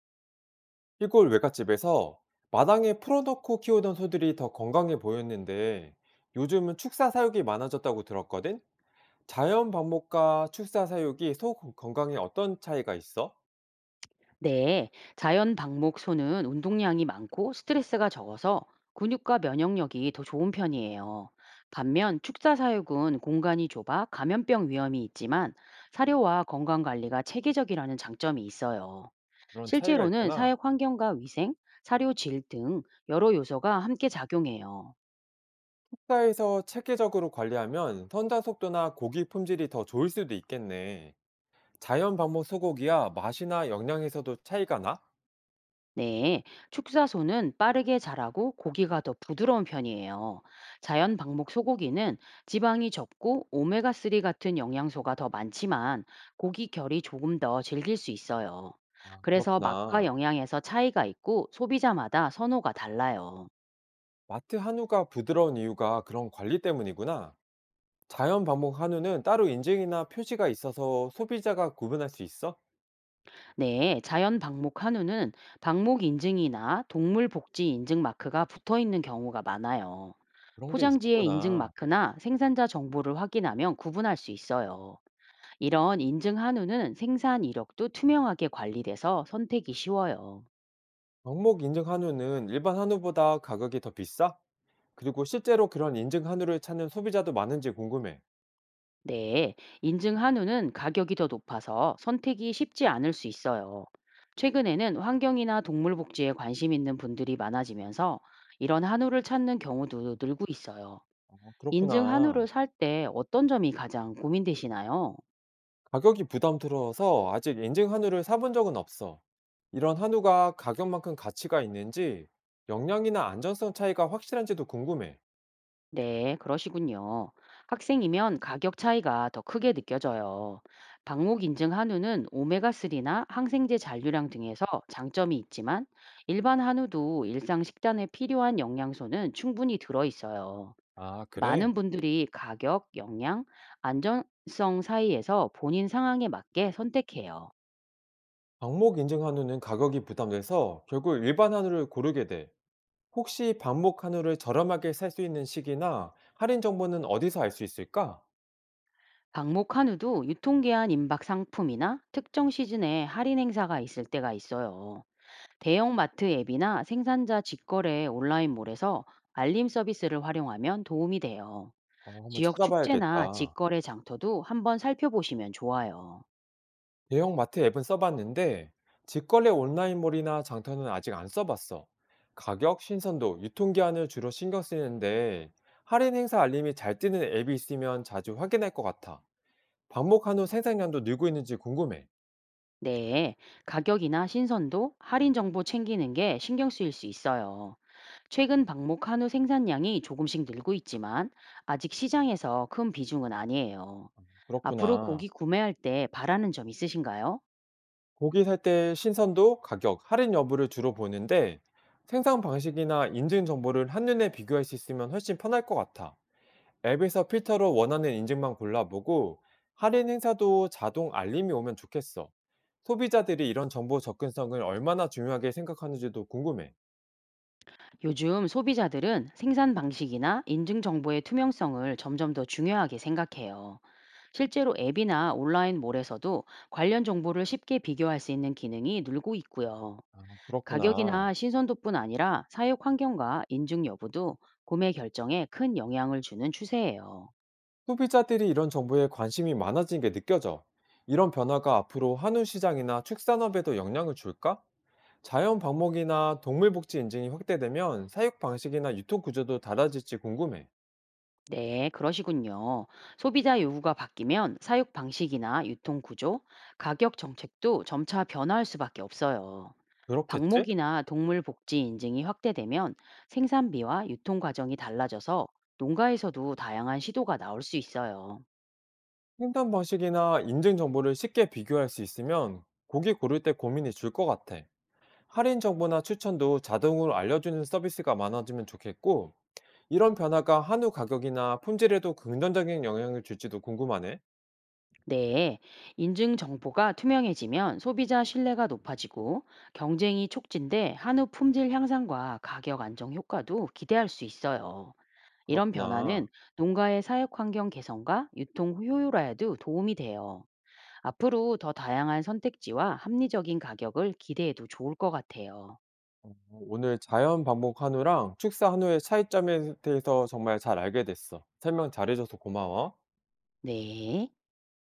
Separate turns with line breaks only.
시골 외갓집에서 마당에 풀어놓고 키우던 소들이 더 건강해 보였는데 요즘은 축사 사육이 많아졌다고 들었거든? 자연 방목과 축사 사육이 소 건강에 어떤 차이가 있어?
네, 자연 방목소는 운동량이 많고 스트레스가 적어서 근육과 면역력이 더 좋은 편이에요. 반면 축사사육은 공간이 좁아 감염병 위험이 있지만 사료와 건강 관리가 체계적이라는 장점이 있어요.
그런 차이가
실제로는
있구나.
사육 환경과 위생, 사료 질 등 여러 요소가 함께 작용해요.
축사에서 체계적으로 관리하면 선장 속도나 고기 품질이 더 좋을 수도 있겠네. 자연 방목 소고기야 맛이나 영양에서도 차이가 나?
네, 축사소는 빠르게 자라고 고기가 더 부드러운 편이에요. 자연 방목 소고기는 지방이 적고 오메가3 같은 영양소가 더 많지만 고기 결이 조금 더 질길 수 있어요.
아,
그래서 맛과
그렇구나.
영양에서 차이가 있고 소비자마다 선호가 달라요.
마트 한우가 부드러운 이유가 그런 관리 때문이구나. 자연 방목 한우는 따로 인증이나 표시가 있어서 소비자가 구분할 수 있어?
네, 자연 방목 한우는 방목 인증이나 동물 복지 인증 마크가 붙어 있는 경우가 많아요.
그런
포
게
장지의 인증
있었구나.
마크나 생산자 정보를 확인하면 구분할 수 있어요. 이런 인증 한우는 생산 이력도 투명하게 관리돼서 선택이 쉬워요.
방목 인증 한우는 일반 한우보다 가격이 더 비싸? 그리고 실제로 그런 인증 한우를 찾는 소비자도 많은지 궁금해.
네, 인증 한우는 가격이 더 높아서 선택이 쉽지 않을 수 있어요. 최근에는 환경이나 동물 복지에 관심 있는 분들이 많아지면서 이런 한우를 찾는 경우도 늘고 있어요.
어,
인증 한우를
그렇구나.
살 때 어떤 점이 가장 고민되시나요?
가격이 부담스러워서 아직 인증 한우를 사본 적은 없어. 이런 한우가 가격만큼 가치가 있는지 영양이나 안전성 차이가 확실한지도 궁금해.
네, 그러시군요. 학생이면 가격 차이가 더 크게 느껴져요. 방목 인증 한우는 오메가3나 항생제 잔류량 등에서 장점이 있지만 일반 한우도 일상 식단에 필요한 영양소는 충분히 들어 있어요.
아, 그래?
많은 분들이 가격, 영양, 안전성 사이에서 본인 상황에 맞게 선택해요.
방목 인증 한우는 가격이 부담돼서 결국 일반 한우를 고르게 돼. 혹시 반복 한우를 저렴하게 살 수 있는 시기나 할인 정보는 어디서 알 수 있을까?
방목 한우도 유통기한 임박 상품이나 특정 시즌에 할인 행사가 있을 때가 있어요. 대형마트 앱이나 생산자 직거래 온라인몰에서 알림 서비스를 활용하면 도움이 돼요.
어, 한번
지역 축제나
찾아봐야겠다.
직거래 장터도 한번 살펴보시면 좋아요.
대형 마트 앱은 써봤는데 직거래 온라인몰이나 장터는 아직 안 써봤어. 가격, 신선도, 유통기한을 주로 신경 쓰는데 할인 행사 알림이 잘 뜨는 앱이 있으면 자주 확인할 것 같아. 반복 한우 생산량도 늘고 있는지 궁금해.
네, 가격이나 신선도, 할인 정보 챙기는 게 신경 쓰일 수 있어요. 최근 방목 한우 생산량이 조금씩 늘고 있지만 아직 시장에서 큰 비중은 아니에요. 앞으로
그렇구나.
고기 구매할 때 바라는 점 있으신가요?
고기 살 때 신선도, 가격, 할인 여부를 주로 보는데 생산 방식이나 인증 정보를 한눈에 비교할 수 있으면 훨씬 편할 것 같아. 앱에서 필터로 원하는 인증만 골라보고 할인 행사도 자동 알림이 오면 좋겠어. 소비자들이 이런 정보 접근성을 얼마나 중요하게 생각하는지도 궁금해.
요즘 소비자들은 생산 방식이나 인증 정보의 투명성을 점점 더 중요하게 생각해요. 실제로 앱이나 온라인 몰에서도 관련 정보를 쉽게 비교할 수 있는 기능이 늘고 있고요.
아, 그렇구나.
가격이나 신선도뿐 아니라 사육 환경과 인증 여부도 구매 결정에 큰 영향을 주는 추세예요.
소비자들이 이런 정보에 관심이 많아진 게 느껴져. 이런 변화가 앞으로 한우 시장이나 축산업에도 영향을 줄까? 자연 방목이나 동물 복지 인증이 확대되면 사육 방식이나 유통 구조도 달라질지 궁금해.
네, 그러시군요. 소비자 요구가 바뀌면 사육 방식이나 유통 구조, 가격 정책도 점차 변화할 수밖에 없어요.
그렇겠지?
방목이나 동물 복지 인증이 확대되면 생산비와 유통 과정이 달라져서 농가에서도 다양한 시도가 나올 수 있어요.
생산 방식이나 인증 정보를 쉽게 비교할 수 있으면 고기 고를 때 고민이 줄 것 같아. 할인 정보나 추천도 자동으로 알려주는 서비스가 많아지면 좋겠고, 이런 변화가 한우 가격이나 품질에도 긍정적인 영향을 줄지도 궁금하네.
네, 인증 정보가 투명해지면 소비자 신뢰가 높아지고 경쟁이 촉진돼 한우 품질 향상과 가격 안정 효과도 기대할 수 있어요. 이런
그렇구나.
변화는 농가의 사육 환경 개선과 유통 효율화에도 도움이 돼요. 앞으로 더 다양한 선택지와 합리적인 가격을 기대해도 좋을 것 같아요.
오늘 자연 방목 한우랑 축사 한우의 차이점에 대해서 정말 잘 알게 됐어. 설명 잘해줘서 고마워.
네.